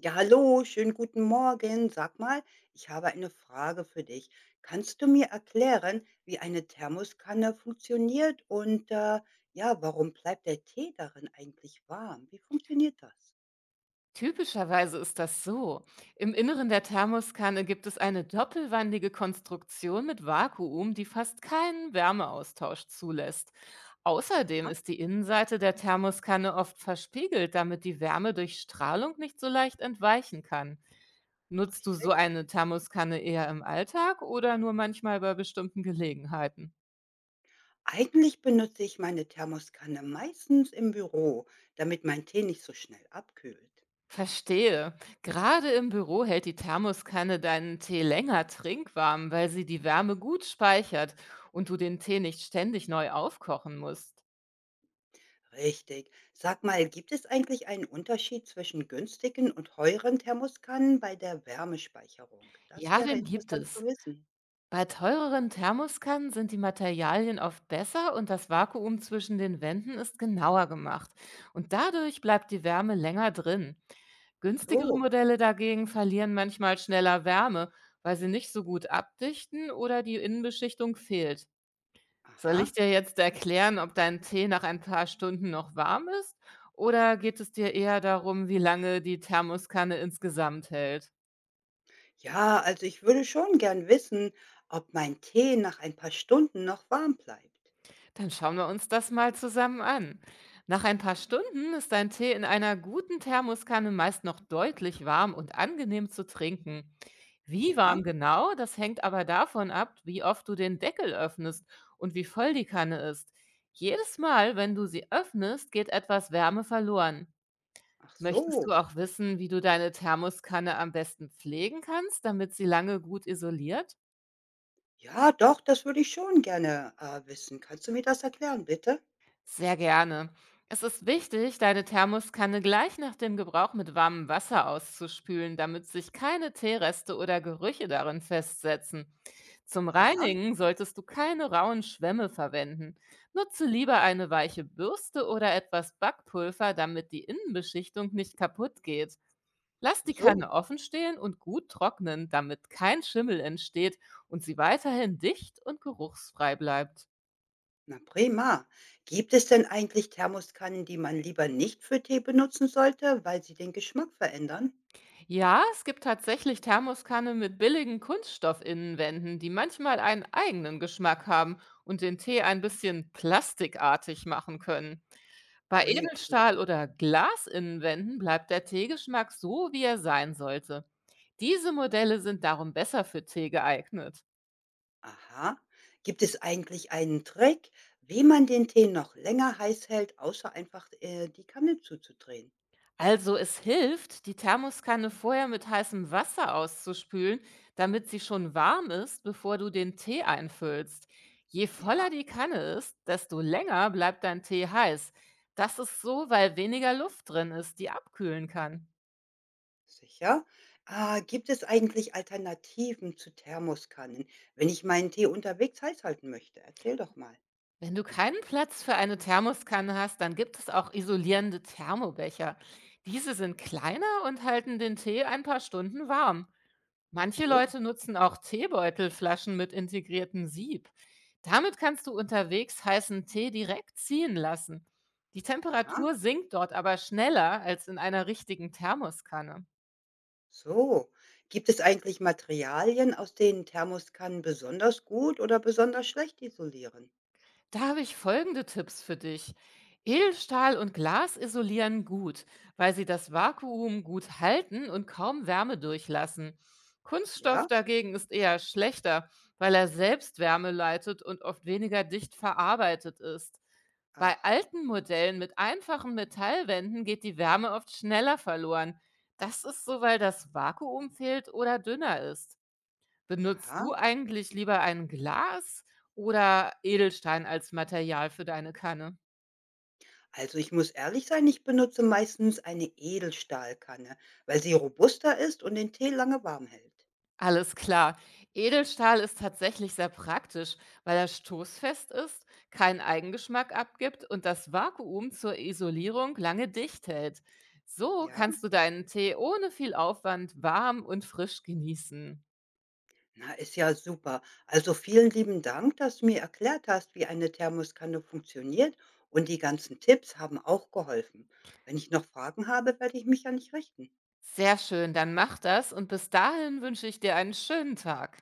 Ja, hallo, schönen guten Morgen. Sag mal, ich habe eine Frage für dich. Kannst du mir erklären, wie eine Thermoskanne funktioniert und ja, warum bleibt der Tee darin eigentlich warm? Wie funktioniert das? Typischerweise ist das so. Im Inneren der Thermoskanne gibt es eine doppelwandige Konstruktion mit Vakuum, die fast keinen Wärmeaustausch zulässt. Außerdem Aha, ist die Innenseite der Thermoskanne oft verspiegelt, damit die Wärme durch Strahlung nicht so leicht entweichen kann. Nutzt du so richtig. eine Thermoskanne eher im Alltag oder nur manchmal bei bestimmten Gelegenheiten? Eigentlich benutze ich meine Thermoskanne meistens im Büro, damit mein Tee nicht so schnell abkühlt. Verstehe. Gerade im Büro hält die Thermoskanne deinen Tee länger trinkwarm, weil sie die Wärme gut speichert und du den Tee nicht ständig neu aufkochen musst. Richtig. Sag mal, gibt es eigentlich einen Unterschied zwischen günstigen und teuren Thermoskannen bei der Wärmespeicherung? Das Ja, wäre den gibt interessant zu es. wissen. Bei teureren Thermoskannen sind die Materialien oft besser und das Vakuum zwischen den Wänden ist genauer gemacht. Und dadurch bleibt die Wärme länger drin. Günstigere So, Modelle dagegen verlieren manchmal schneller Wärme, weil sie nicht so gut abdichten oder die Innenbeschichtung fehlt. Soll aha. ich dir jetzt erklären, ob dein Tee nach ein paar Stunden noch warm ist? Oder geht es dir eher darum, wie lange die Thermoskanne insgesamt hält? Ja, also ich würde schon gern wissen, ob mein Tee nach ein paar Stunden noch warm bleibt. Dann schauen wir uns das mal zusammen an. Nach ein paar Stunden ist dein Tee in einer guten Thermoskanne meist noch deutlich warm und angenehm zu trinken. Wie Ja, warm genau, das hängt aber davon ab, wie oft du den Deckel öffnest und wie voll die Kanne ist. Jedes Mal, wenn du sie öffnest, geht etwas Wärme verloren. ach Möchtest so. du auch wissen, wie du deine Thermoskanne am besten pflegen kannst, damit sie lange gut isoliert? Ja, doch, das würde ich schon gerne wissen. Kannst du mir das erklären, bitte? Sehr gerne. Es ist wichtig, deine Thermoskanne gleich nach dem Gebrauch mit warmem Wasser auszuspülen, damit sich keine Teereste oder Gerüche darin festsetzen. Zum Aha, Reinigen solltest du keine rauen Schwämme verwenden. Nutze lieber eine weiche Bürste oder etwas Backpulver, damit die Innenbeschichtung nicht kaputt geht. Lass so, die so. Kanne offen stehen und gut trocknen, damit kein Schimmel entsteht und sie weiterhin dicht und geruchsfrei bleibt. Na prima. Gibt es denn eigentlich Thermoskannen, die man lieber nicht für Tee benutzen sollte, weil sie den Geschmack verändern? Ja, es gibt tatsächlich Thermoskanne mit billigen Kunststoffinnenwänden, die manchmal einen eigenen Geschmack haben und den Tee ein bisschen plastikartig machen können. Bei Ui, pfui, Edelstahl- oder Glasinnenwänden bleibt der Teegeschmack so, wie er sein sollte. Diese Modelle sind darum besser für Tee geeignet. aha. Gibt es eigentlich einen Trick, wie man den Tee noch länger heiß hält, außer einfach die Kanne zuzudrehen? Also es hilft, die Thermoskanne vorher mit heißem Wasser auszuspülen, damit sie schon warm ist, bevor du den Tee einfüllst. Je Ja, voller die Kanne ist, desto länger bleibt dein Tee heiß. Das ist so, weil weniger Luft drin ist, die abkühlen kann. sicher. Gibt es eigentlich Alternativen zu Thermoskannen, wenn ich meinen Tee unterwegs heiß halten möchte? Erzähl doch mal. Wenn du keinen Platz für eine Thermoskanne hast, dann gibt es auch isolierende Thermobecher. Diese sind kleiner und halten den Tee ein paar Stunden warm. Manche Gut. Leute nutzen auch Teebeutelflaschen mit integriertem Sieb. Damit kannst du unterwegs heißen Tee direkt ziehen lassen. Die Aha. Temperatur sinkt dort aber schneller als in einer richtigen Thermoskanne. So. Gibt es eigentlich Materialien, aus denen Thermoskannen besonders gut oder besonders schlecht isolieren? Da habe ich folgende Tipps für dich. Edelstahl und Glas isolieren gut, weil sie das Vakuum gut halten und kaum Wärme durchlassen. Kunststoff Ja? dagegen ist eher schlechter, weil er selbst Wärme leitet und oft weniger dicht verarbeitet ist. Bei Ach, alten Modellen mit einfachen Metallwänden geht die Wärme oft schneller verloren. Das ist so, weil das Vakuum fehlt oder dünner ist. Benutzt aha. du eigentlich lieber ein Glas oder Edelstein als Material für deine Kanne? Also ich muss ehrlich sein, ich benutze meistens eine Edelstahlkanne, weil sie robuster ist und den Tee lange warm hält. Alles klar. Edelstahl ist tatsächlich sehr praktisch, weil er stoßfest ist, keinen Eigengeschmack abgibt und das Vakuum zur Isolierung lange dicht hält. So Ja? kannst du deinen Tee ohne viel Aufwand warm und frisch genießen. Na, ist ja super. Also vielen lieben Dank, dass du mir erklärt hast, wie eine Thermoskanne funktioniert und die ganzen Tipps haben auch geholfen. Wenn ich noch Fragen habe, werde ich mich an dich richten. Sehr schön, dann mach das und bis dahin wünsche ich dir einen schönen Tag.